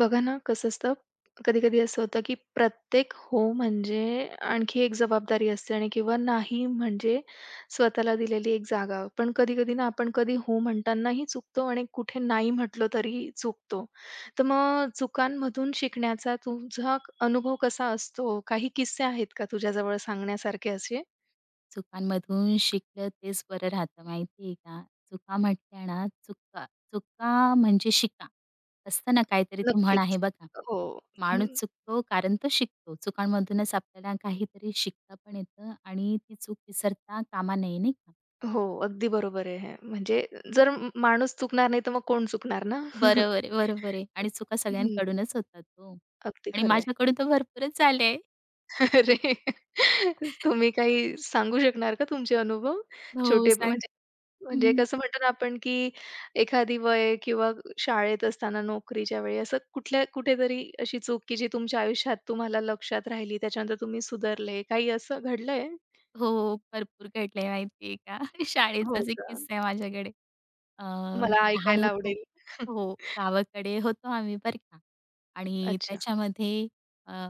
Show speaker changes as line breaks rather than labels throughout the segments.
बघा ना, कसं असतं, कधी-कधी असं होतं, की प्रत्येक हो म्हणजे आणखी एक जबाबदारी असते आणि किंवा नाही म्हणजे स्वतःला दिलेली एक जागा. पण कधी-कधी ना, आपण कधी हो म्हणतानाही चुकतो आणि कुठे नाही म्हटलं तरी चुकतो. तर मग चुकांमधून शिकण्याचा तुझा अनुभव कसा असतो? काही किस्से आहेत का तुझ्याजवळ सांगण्यासारखे असे?
चुकांमधून शिकलं तेच बरं राहतं माहिती आहे का? चुका म्हटल्या ना, चुका चुका म्हणजे शिका. असतं ना काहीतरी ती म्हण आहे
नक्कीच.
बघा.
हो.
माणूस चुकतो कारण तो शिकतो. चुकांमधूनच आपल्याला काहीतरी शिकता पण येतं आणि ती चूक विसरता कामा नये नाही का?
हो, अगदी बरोबर आहे हे. म्हणजे जर माणूस चुकणार नाही, तर मग कोण चुकणार ना?
बरोबर आहे, बरोबर आहे. आणि चुका
हं,
सगळ्यांकडूनच होतात हो.
अगदी
आणि
खरं आहे.
माझ्याकडून तर भरपूरच झालंय.
अरे! तुम्ही काही सांगू शकणार का तुमचे अनुभव?
हो
छोटे
सांग
म्हणजे म्हणजे
हं,
कसं म्हणतो ना आपण, की एखादी वय किंवा शाळेत असताना नोकरीच्या वेळी असं कुठल्या कुठेतरी अशी चूक, की जी तुमच्या आयुष्यात तुम्हाला लक्षात राहिली, त्याच्यानंतर तुम्ही सुधारले, काही असं घडलंय?
हो. भरपूर घडलंय माहिती का?
हो
शाळेचाच एक
का?
किस्सा आहे माझ्याकडे.
मला
लहान
ऐकायला
होतो.
आवडेल.
हो. गावाकडे होतो आम्ही बरं का आणि
अच्छा.
त्याच्यामध्ये अ,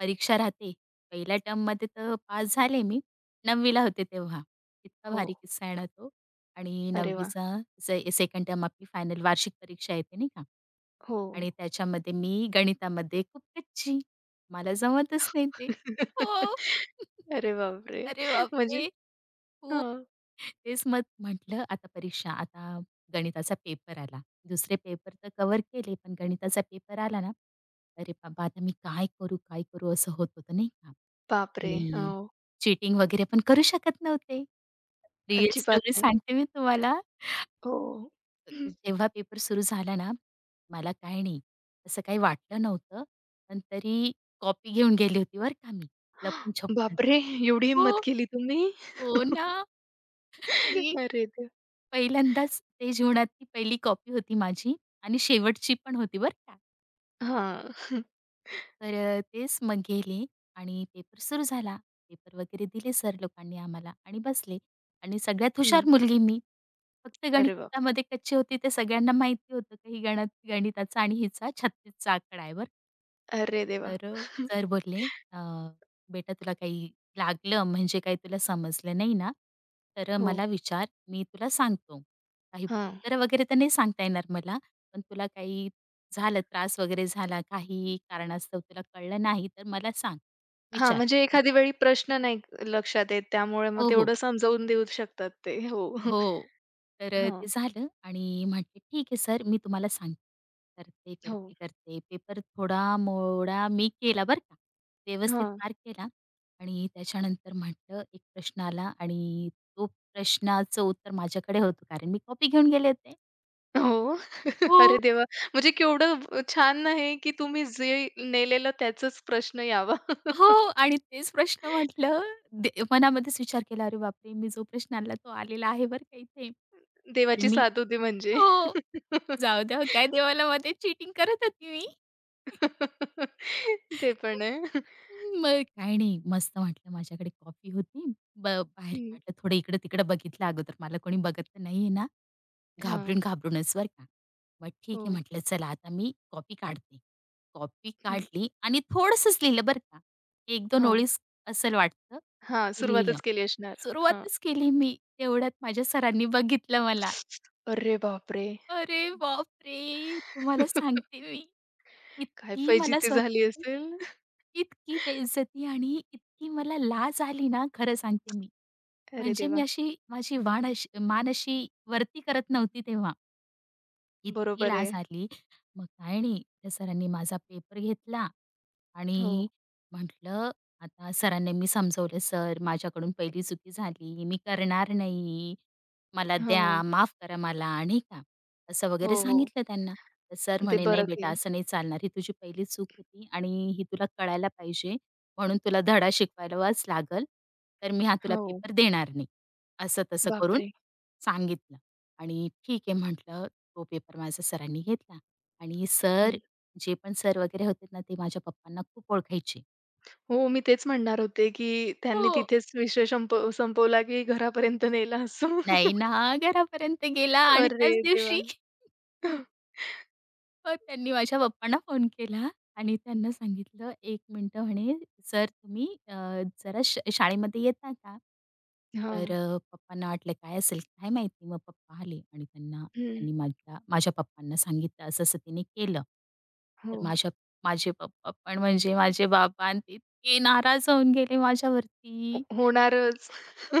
परीक्षा राहते. पहिल्या टर्ममध्ये तर पास झाले मी. 9वीला होते तेव्हा. इतका
हो.
भारी किस्सा आहे ना तो आणि
अरे वाह!
9वीचा सेकंड टर्म आपली फायनल वार्षिक परीक्षा येते नाही का
हो.
आणि त्याच्यामध्ये मी गणितामध्ये खूप कच्ची. मला जमतच नाही ते. हो.
अरे बापरे!
अरे
म्हणजे
बापरे! खूप
हां.
तेच मग म्हटलं आता परीक्षा, आता गणिताचा पेपर आला. दुसरे पेपर तर कव्हर केले, पण गणिताचा पेपर आला ना, अरे बाबा आता मी काय करू, काय करू असं होत होतं नाही का?
बापरे! हो.
आणि चीटिंग वगैरे पण करू शकत नव्हते. रिअल
अजिबात
स्टोरी
नाही.
सांगते मी तुम्हाला.
हो.
जेव्हा पेपर सुरू झाला ना, मला काही नाही, असं काही वाटलं नव्हतं. पण तरी कॉपी घेऊन गेली होती बरं का मी, लपून-छपूनच.
बापरे! एवढी हिंमत
हो,
केली तुम्ही?
हो ना. आणि
अरे देवा!
पहिल्यांदाच ते जीवनातली पहिली कॉपी होती माझी आणि शेवटची पण होती बरं का.
हां. हं.
तर तेच मग गेले आणि पेपर सुरू झाला. पेपर वगैरे दिले सर लोकांनी आम्हाला आणि बसले आणि सगळ्यात हुशार मुलगी मी. फक्त
अरे बाप!
गणितामध्ये कच्चे होते ते सगळ्यांना माहिती होतं, की ही गणिताचा आणि हिचा 36 आकडा आहे बरं
अरे देवा!
तर सर बोलले, "अ, बेटा तुला काही लागलं म्हणजे काही तुला समजलं नाही ना, तर
हो.
मला विचार मी तुला सांगतो. काही
हां.
उत्तरं वगैरे तर नाही सांगता येणार मला, पण तुला काही झालं त्रास वगैरे झाला, काही कारणास्तव तुला कळलं नाही तर मला सांग,
हां,
विचार."
म्हणजे एखादी वेळी प्रश्न नाही लक्षात येत त्यामुळे मग
हो, हो.
तेवढं समजावून देऊ शकतात ते. हो.
हो. तर
हां.
ते झालं आणि म्हटले, "ठीक आहे सर, मी तुम्हाला सांगते." करते,
हो.
करते, करते. पेपर थोडा-मोडा मी केला बरं का. व्यवस्थित
हां.
पार केला आणि त्याच्यानंतर म्हटलं, एक प्रश्न आला आणि तो प्रश्नाचं उत्तर माझ्याकडे होतं, कारण मी कॉपी घेऊन गेले होते.
हो.
हो.
अरे देवा! म्हणजे केवढं छान आहे, की तुम्ही जे नेलेलं त्याचाच प्रश्न यावा.
हो आणि तेच प्रश्न म्हटलं दे मनामध्येच विचार केला, "अरे बापरे! मी जो प्रश्न आणला तो आलेला आहे बरं का इथे." तर
देवाची
मी
साथ होती म्हणजे.
हो. जाऊ द्या, हो काय देवाला मध्ये चीटिंग करत होती मी.
ते पण आहे.
मग काही नाही. मस्त वाटलं. माझ्याकडे कॉफी होती. बाहेर
हं.
काढलं थोडं इकडं-तिकडं बघितलं अगोदर मला कोणी बघत तर नाहीये ना,
हां.
घाबरून-घाबरूनच बरं का. मग ठीक
हो.
आहे म्हटलं चला आता मी कॉपी काढते. कॉपी
हं.
काढली आणि थोडंसंच लिहिलं बरं का. 1-2
हां.
ओळीच असंल वाटतं.
हां.
ते
सुरुवातच
लिहिलं.
केली असणार. हां.
सुरुवातच केली मी. तेवढ्यात माझ्या सरांनी बघितलं मला.
अरे बापरे!
अरे बापरे! तुम्हाला सांगते मी,
काय
इतकी मला
फजिती झाली
स्वतःची
असेल.
इतकी बेइज्जती आणि इतकी मला लाज आली ना, खरं सांगते मी.
अरे
म्हणजे मी
देवा!
अशी माझी वाण अशी मान अशी वरती करत नव्हती तेव्हा. इतकी
बरोबर
लाज
आहे.
आली. मग काय नाही त्या सरांनी माझा पेपर घेतला
हो.
आणि म्हटलं, आता सरांना मी समजवलं, "सर, माझ्याकडून पहिली चुकी झाली. मी करणार नाही. मला
हां.
द्या, माफ करा मला." नाही का, असं
हो,
वगैरे
हो.
सांगितलं त्यांना. तर सर
ते
म्हणे, "नाही
बरं की.
बेटा, असं नाही चालणार. ही तुझी पहिली चूक होती आणि ही तुला कळायला पाहिजे, म्हणून तुला धडा शिकवायलाच लागल. तर मी हा तुला
हो.
पेपर देणार नाही." असं तसं करून
बापरे!
सांगितलं आणि ठीक आहे म्हटलं तो पेपर माझा सरांनी घेतला आणि सर जे पण सर वगैरे होते ना, ते माझ्या पप्पांना खूप ओळखायचे.
हो, मी तेच म्हणणार होते, की त्यांनी
हो.
तिथेच विषय संपवला, की घरापर्यंत नेला असं.
नाही ना, घरापर्यंत गेला आणि
अरे
त्याच
देवा!
दिवशी मग त्यांनी माझ्या पप्पांना फोन केला आणि त्यांना सांगितलं, "1 मिनिटं" म्हणे, "सर तुम्ही जरा शाळेमध्ये येता का?" तर
हां.
अ, पप्पांना वाटलं काय असेल काय माहिती. मग पप्पा आले आणि त्यांना
हं.
त्यांनी माझ्या माझ्या पप्पांना सांगितलं, असं-असं तिने केलं.
हो.
तर माझ्या माझे पप्पा पण म्हणजे माझे बाबा अन् ते इतके नाराज होऊन गेले
हो
माझ्यावरती.
होणारच.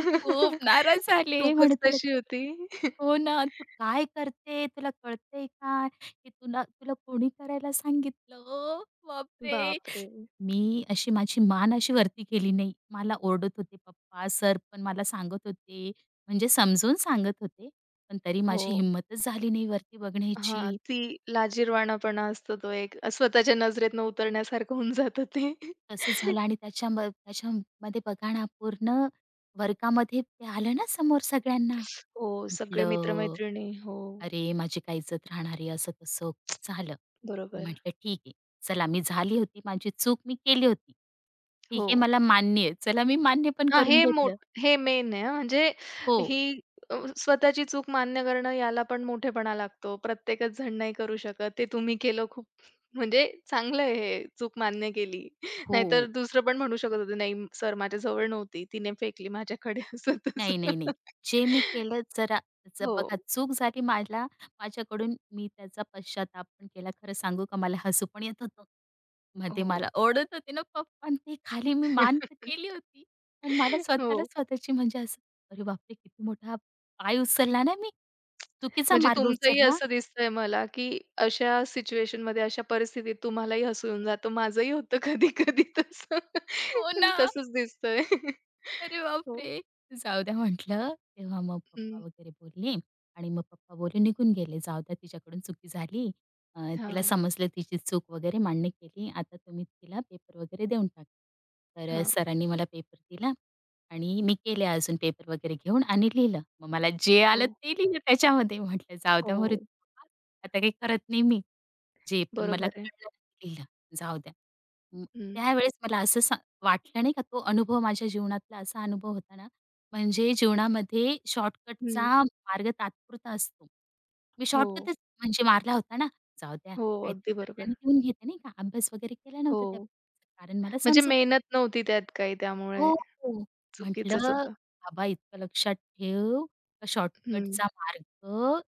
खूप नाराज झाले. म्हणत
चूकच
तुला
तशी
काय"
होती.
हो ना, तू काय करते? तुला कळतंय का? हे तुला तुला कोणी करायला सांगितलं? बापरे!
बापरे!
मी अशी माझी मान अशी वरती केली नाही. मला ओरडत होते पप्पा, सर पण मला सांगत होते, म्हणजे समजून सांगत होते. पण तरी
हो.
माझी हिंमतच झाली नाही वरती
हां,
बघण्याची.
ती लाजिरवाणापणा असतो तो एक स्वतःच्या नजरेत न उतरण्यासारखं होऊन जातं ते.
तसं झालं आणि त्याच्यामध्ये बघा ना पूर्ण वर्गामध्ये ते आलं ना समोर सगळ्यांना.
हो, सगळे मित्र
म्हटलं,
हो,
"अरे, माझी काय इज्जत राहणार आहे," असं-तसं खूप झालं.
बरोबर.
म्हटलं, "ठीक आहे. चला, मी झाली होती, माझी चूक मी केली होती. ठीक
हो.
आहे, मला मान्य आहे. चला, मी मान्य पण
हां,
करून घेतलं."
हे मेन आहे हां. म्हणजे
हो,
ही स्वतःची चूक मान्य करणं याला पण मोठेपणा लागतो. प्रत्येकच जण नाही करू शकत. ते तुम्ही केलं खूप म्हणजे चांगलं आहे हे चूक मान्य केली.
हो.
नाहीतर दुसरं पण म्हणू शकत होतं, "नाही सर माझ्याजवळ नव्हती. तिने फेकली माझ्याकडे." असं
नाही,
तसं.
नाही, नाही. जे मी केलं जरा
हो,
बघा चूक झाली मला माझ्याकडून मी त्याचा पश्चाताप पण केला. खरं सांगू का मला हसू पण येत होतं. मग ते
हो.
मला ओरडत होते ना पप्पा अन् ते खाली मी मान तर केली होती. पण मला
हो.
स्वतःला स्वतःची म्हणजे असं अरे बापरे! किती मोठा पाय उचलला ना मी. चुकीचा
म्हणजे
मार्ग
तुमचंही
उचलला.
असं दिसतंय मला, की अशा सिच्युएशनमध्ये, अशा परिस्थितीत तुम्हालाही हसू येऊन जातं. माझंही होतं कधी-कधी तसं.
हो ना.
तसंच दिसतंय.
अरे
हो.
बापरे! जाऊ द्या म्हटलं. तेव्हा मग
हं.
पप्पा वगैरे बोलले आणि मग पप्पा बोलून निघून गेले. जाऊ द्या तिच्याकडून चुकी झाली. अ, तिला
हां,
समजलं तिची चूक वगैरे मान्य केली. आता तुम्ही तिला पेपर वगैरे देऊन टाका. तर
हां.
सरांनी मला पेपर दिला आणि मी गेले अजून पेपर वगैरे घेऊन आणि लिहिलं. मग मला जे
हो,
आलं ते लिहिलं त्याच्यामध्ये. म्हटलं जाऊ द्या मरू दे
हो.
बाबा, आता काही करत नाही मी. जे पण मला
बरोबर आहे.
कळलं गेलं, जाऊ द्या. म
हं,
त्यावेळेस मला असं वाटलं नाही का तो अनुभव माझ्या जीवनातला असा अनुभव होता ना, म्हणजे जीवनामध्ये
हं.
शॉर्टकटचा मार्ग तात्पुरता असतो. मी
हो,
शॉर्टकटच म्हणजे मारला होता ना, जाऊ द्या
हो.
काहीतरी
अगदी बरोबर.
करताना लिहून घेते नाही का, अभ्यास वगैरे केला
हो.
नव्हता त्या कारण मला
म्हणजे
समजतच
मेहनत नव्हती त्यात काही त्यामुळे
हो, हो.
चुकीचंच
म्हटलं,
होतं.
"बाबा, इतकं लक्षात ठेव, का
हं.
शॉर्टकटचा मार्ग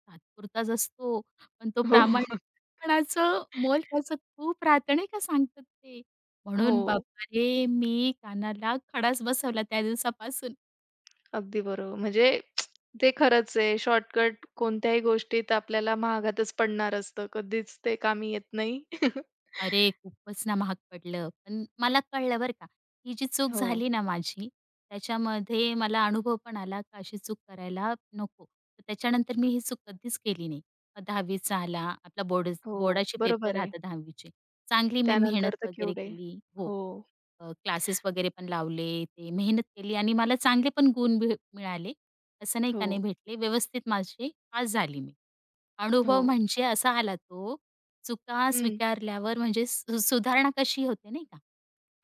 तात्पुरताच असतो, पण तो
हो.
प्रामाणिकपणाचं मोल त्याचं खूप राहतं नाही का सांगतात ते." म्हणून
हो.
बाबा रे, मी कानाला खडाच बसवला त्या दिवसापासून.
अगदी बरोबर. म्हणजे ते खरंच आहे. शॉर्टकट कोणत्याही गोष्टीत आपल्याला महागातच पडणार असतं. कधीच ते कामी येत नाही.
अरे, खूपच ना महाग पडलं. पण मला कळलं बरं का, ही जी चूक
हो,
झाली ना माझी, त्याच्यामध्ये मला अनुभव पण आला का अशी चूक करायला नको. तर त्याच्यानंतर मी ही चूक कधीच केली नाही. मग 10वीचा आला, आपला बोर्ड
हो.
बोर्डाचे पेपर
बरोबर आहे.
राहतात 10वीचे. चांगली मी
त्यानंतर
मेहनत
तर
वगैरे
केवढे
केली. हो.
हो,
क्लासेस वगैरे पण लावले, ते मेहनत केली आणि मला चांगले पण गुण मिळाले. असं नाही का नाही
हो,
भेटले, व्यवस्थित माझे पास झाली मी. अनुभव
हो.
म्हणजे असा आला तो, चुका
हं.
स्वीकारल्यावर म्हणजे सुधारणा कशी होते नाही का?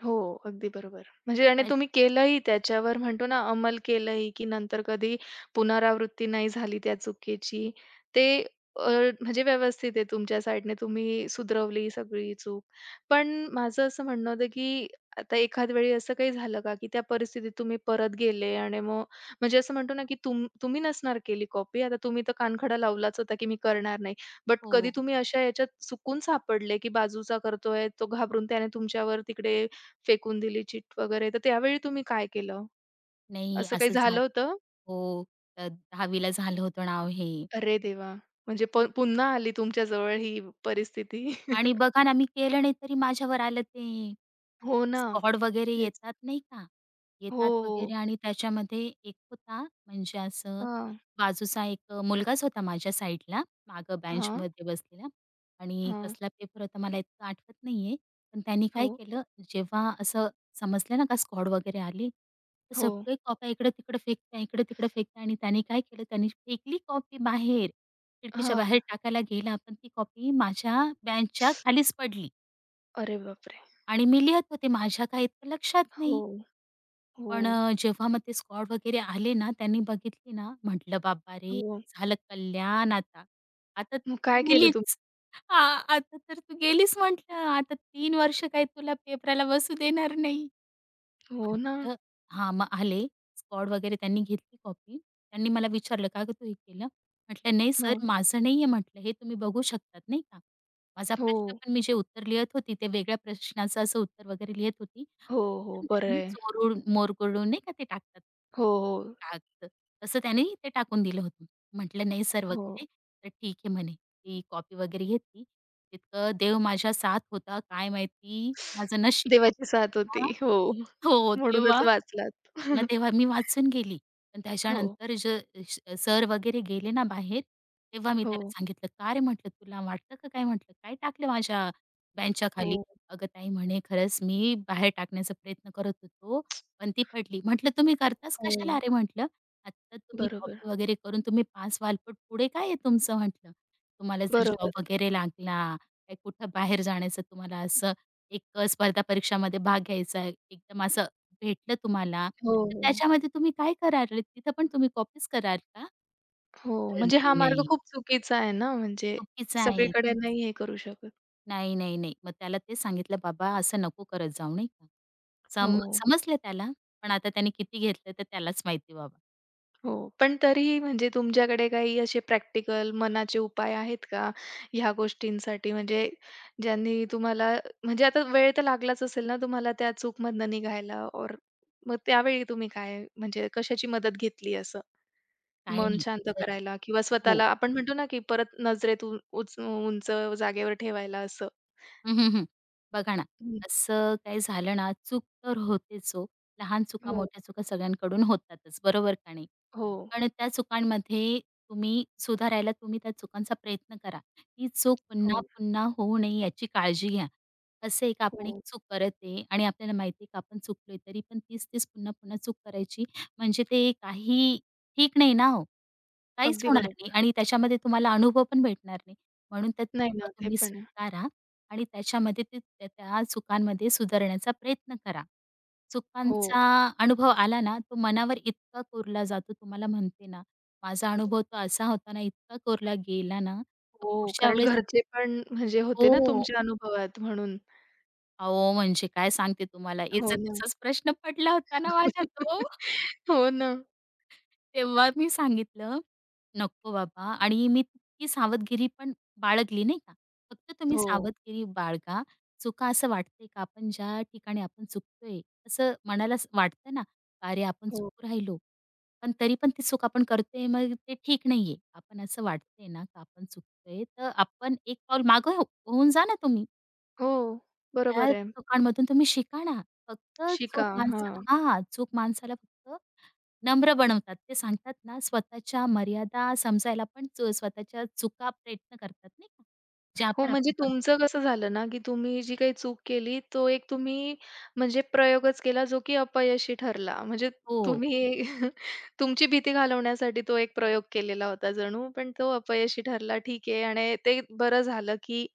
हो, अगदी बरोबर. म्हणजे आणि
त्याच
तुम्ही केलंही त्याच्यावर म्हणतो ना, अंमल केलंही, की नंतर कधी पुनरावृत्ती नाही झाली त्या चुकीची. ते अ, म्हणजे व्यवस्थित आहे तुमच्या साइडने तुम्ही सुधरवली सगळी चूक. पण माझं असं म्हणणं होतं, की आता एखाद वेळी असं काही झालं का, की त्या परिस्थितीत तुम्ही परत गेले आणि मग म्हणजे असं म्हणतो ना, की तुम्ही नसणार केली कॉपी. आता तुम्ही तर कानखडा लावलाच होता, की मी करणार नाही. बट कधी
हो.
तुम्ही अशा याच्यात चुकून सापडले, की बाजूचा करतोय, तो घाबरून त्याने तुमच्यावर तिकडे फेकून दिली चिट वगैरे, तर त्यावेळी तुम्ही काय केलं?
नाही
असं काही
असं
झालं
झालं.
होतं?
हो, 10वी झालं होतं ना, हे.
अरे देवा! म्हणजे पुन्हा आली तुमच्याजवळ ही परिस्थिती.
आणि बघा ना, मी केलं नाही तरी माझ्यावर आलं ते
हो ना,
स्कॉड वगैरे
तेच.
येतात नाही का?
हो,
येतात
हो.
वगैरे आणि त्याच्यामध्ये एक होता म्हणजे असं
हां,
बाजूचा एक मुलगाच होता माझ्या साईडला, मागं
हां,
बेंचमध्ये बसलेला आणि
हां.
कसला पेपर होता मला इतकं आठवत नाहीये. पण त्यांनी
हो,
काय केलं, जेव्हा असं समजलं ना का स्कॉड वगैरे आले, तर
हो.
सगळे कॉप्या इकडे-तिकडे फेकत्या, इकडे-तिकडे फेकत्या आणि त्याने काय केलं, त्याने फेकली कॉपी बाहेर. खिडकीच्या
हां.
बाहेर टाकायला गेला, पण ती कॉपी माझ्या बेंचच्या खालीच पडली
अरे बापरे!
आणि मी लिहत होते. माझ्या काही इतकं लक्षात
हो,
नाही.
हो,
पण जेव्हा मग ते स्कॉड वगैरे आले ना, त्यांनी बघितली ना, म्हटलं "बाबा रे!
हो.
झालं कल्याण आता. आता तर
मग
तू
काय केलं
गेलीच.
तुम्ही?
हां, आता तर तू गेलीस म्हटलं. "आता 3 वर्ष काही तुला पेपराला बसू देणार नाही."
हो ना.
म्हटलं हां, मग आले. स्क्वॉड वगैरे त्यांनी घेतली कॉपी. त्यांनी मला विचारलं, "का गं तू हे केलं?" म्हटलं, "नाही सर,
हो,
माझं नाहीये," म्हटलं, "हे तुम्ही बघू शकतात नाही का?" माझा
हो,
प्रश्न पण मी जे उत्तर लिहत होती, ते वेगळ्या प्रश्नाचं असं उत्तर वगैरे लिहत होती.
हो, हो.
एकदम
बरं
त्याने ना
आहे.
चोरून मोरगळून नाही का ते टाकतात.
हो, हो,
कागद, तसं त्याने ते टाकून दिलं होतं. म्हटलं, "नाही सर"
हो.
वगैरे. तर "ठीक आहे," म्हणे. ती कॉपी वगैरे घेतली. इतकं देव माझ्या साथ होता, काय माहिती माझं नशीब
देवाची साथ होती.
होतं.
हो.
हो,
म्हणूनच
तेव्हा
वाचलात.
मग तेव्हा मी वाचून गेली. पण
हो,
त्याच्यानंतर जे सर वगैरे गेले ना बाहेर, तेव्हा मी
हो,
त्याला सांगितलं, "का रे?" म्हटलं, "तुला वाटतं का काय?" म्हटलं, "काय टाकलं माझ्या बेंचच्या खाली?"
हो,
"अगं ताई," म्हणे, "खरंच मी बाहेर टाकण्याचा प्रयत्न करत होतो, पण ती पडली." म्हटलं, "तुम्ही करताच
हो.
कशाला अरे?" म्हटलं, "आत्ता तुम्ही
बरोबर.
कॉपी वगैरे करून तुम्ही पास व्हाल, पण पुढे काय आहे तुमचं?" म्हटलं, "तुम्हाला जर
बरोबर
जॉब
आहे.
वगैरे लागला, काही कुठं बाहेर जाण्याचं तुम्हाला असं एक स्पर्धा परीक्षामध्ये भाग घ्यायचा आहे, एकदम असं भेटलं तुम्हाला,
हो,
तर
हो.
त्याच्यामध्ये तुम्ही काय करार तिथं पण तुम्ही कॉपीच कराल का?
हो,
तर
म्हणजे
म्हणे,
हा मार्ग
"नाही,
खूप चुकीचा आहे ना, म्हणजे
चुकीचं आहे.
सगळीकडे नाही हे करू शकत.
नाही, नाही, नाही." मग त्याला तेच सांगितलं, "बाबा असं नको करत जाऊ," नाही का.
हो,
समजलं त्याला, पण आता त्याने किती घेतलं तर त्यालाच माहिती बाबा.
हो. पण तरीही म्हणजे तुमच्याकडे काही असे प्रॅक्टिकल मनाचे उपाय आहेत का ह्या गोष्टींसाठी? म्हणजे ज्यांनी तुम्हाला म्हणजे आता वेळ तर लागलाच असेल ना तुम्हाला त्या चूकमधनं निघायला और मग त्यावेळी तुम्ही काय म्हणजे कशाची मदत घेतली असं
काही
मन
नाही
शांत
जर
करायला किंवा
हो.
स्वतःला आपण म्हणतो ना, की परत नजरेतून उंच उंच जागेवर ठेवायला असं?
हं, हं, हं. बघा ना,
हं.
असं काही झालं ना, चूक तर होतेच हो. लहान चुका,
हो,
मोठ्या चुका सगळ्यांकडून होतातच, बरोबर का नाही?
हो.
पण त्या चुकांमध्ये तुम्ही सुधारायला तुम्ही त्या चुकांचा प्रयत्न करा. ही चूक
हो,
पुन्हा-पुन्हा होऊ नये याची काळजी घ्या. असं आहे आपण एक
हो.
चूक करत आहे आणि आपल्याला माहिती आहे का आपण चुकलोय, तरी पण तीच-तीच पुन्हा-पुन्हा चूक करायची म्हणजे ते काही ठीक नाही ना हो. काहीच
अगदी
होणार नाही
बरोबर.
आणि त्याच्यामध्ये तुम्हाला अनुभव पण भेटणार नाही. म्हणून त्या
नाही
चुका
ना, ते
तुम्ही
पण आहे.
स्वीकारा आणि त्याच्यामध्ये ते त्या त्या चुकांमध्ये सुधारण्याचा प्रयत्न करा.
हो,
चुकांचा अनुभव आला ना, तो मनावर इतका कोरला जातो तुम्हाला म्हणते ना, माझा अनुभव तो असा होता ना, इतका कोरला गेला ना, तर
हो.
पुढच्या
कारण
वेळेस
घरचे पण म्हणजे होते ना
हो.
तुमच्या अनुभवात म्हणून.
अहो, म्हणजे काय सांगते तुम्हाला
हो ना.
इज्जतीचाच प्रश्न पडला होता ना माझ्या तो.
हो ना.
तेव्हा मी सांगितलं, "नको बाबा" आणि मी तितकी सावधगिरी पण बाळगली नाही का. फक्त तुम्ही
हो,
सावधगिरी बाळगा. चुका असं वाटतंय का आपण ज्या ठिकाणी आपण चुकतोय, असं मनाला वाटतं ना, "अरे, आपण
हो,
चुकू राहिलो." पण तरी पण ती चूक आपण करतोय, मग ते ठीक नाहीये. आपण असं वाटतंय ना, का आपण चुकतोय, तर आपण एक पाऊल मागे हो होऊन जा ना तुम्ही.
हो. बरोबर
त्या
आहे.
चुकांमधून तुम्ही शिका ना. फक्त चूक
शिका. हां.
माणसं हां, चूक माणसाला फक्त नम्र बनवतात. ते सांगतात ना, स्वतःच्या मर्यादा समजायला पण च स्वतःच्या चुका प्रयत्न करतात नाही का? जे
हो,
आपण
म्हणजे
आपण करतो
तुमचं कसं झालं ना, की तुम्ही जी काही चूक केली, तो एक तुम्ही म्हणजे प्रयोगच केला, जो की अपयशी ठरला. म्हणजे
हो.
तुम्ही तुमची भीती घालवण्यासाठी तो एक प्रयोग केलेला होता जणू, पण तो अपयशी ठरला. ठीक आहे आणि ते बरं झालं, की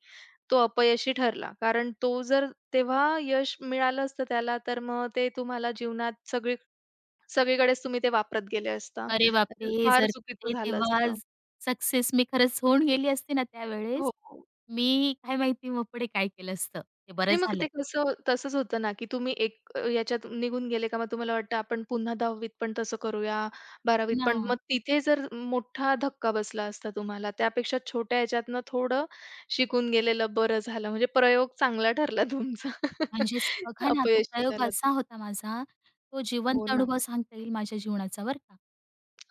तो अपयशी ठरला. कारण तो जर तेव्हा यश मिळालं असतं त्याला, तर मग ते तुम्हाला जीवनात सगळी सगळीकडेच तुम्ही ते वापरत गेले असता.
अरे
तर
बापरे!
फार
जर
चुकीचं
ते
झालं
तेव्हा
असतं.
सक्सेस मी खरंच होऊन गेली असते ना
हो,
त्यावेळेस,
हो.
मी काय माहिती मग पुढे काय केलं असतं. ते बरं
नाही मग
झालं.
ते कसं तसंच होतं ना, की तुम्ही एक याच्यात निघून गेले का मग तुम्हाला वाटतं आपण पुन्हा 10वीत पण तसं करूया, 12वीत
हो ना.
पण. मग तिथे जर मोठा धक्का बसला असता तुम्हाला. त्यापेक्षा छोट्या ह्याच्यातनं थोडं शिकून गेलेलं बरं झालं. म्हणजे प्रयोग चांगला ठरला तुमचा.
म्हणजेच बघा ना, तो
अपयशी
प्रयोग
झाला तो.
असा होता माझा, तो
हो
जिवंत
ना.
अनुभव सांगता येईल माझ्या जीवनाचा बरं का.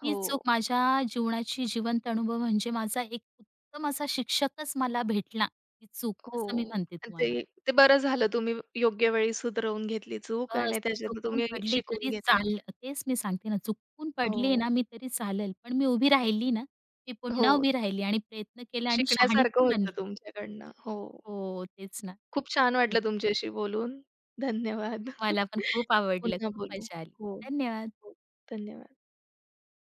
ही चूक
हो,
माझ्या जीवनाची जिवंत अनुभव म्हणजे माझा एक उत्तम असा शिक्षकच मला भेटला, ही चूक असं मी
हो.
म्हणते
आणि
तुम्हाला.
ते ते बरं झालं तुम्ही योग्य वेळी सुधरवून घेतली चूक
बस
आणि
मी
त्याच्यातून
चुकून
तुम्ही
पडली
शिकून
तरी
घेतलं.
चालेल तेच मी सांगते ना, चुकून पडली
हो,
ना मी तरी चालेल, पण मी उभी राहिली ना, मी
हो.
पुन्हा उभी राहिली आणि प्रयत्न केला आणि शहाणी
शिकण्यासारखं
पण
होतं
बनली.
तुमच्याकडनं. हो.
हो, तेच ना.
खूप छान वाटलं तुमच्याशी बोलून. धन्यवाद.
मला पण खूप आवडलं,
पुन्हा
खूप
बोलू.
मजा आली.
हो,
धन्यवाद.
हो. धन्यवाद.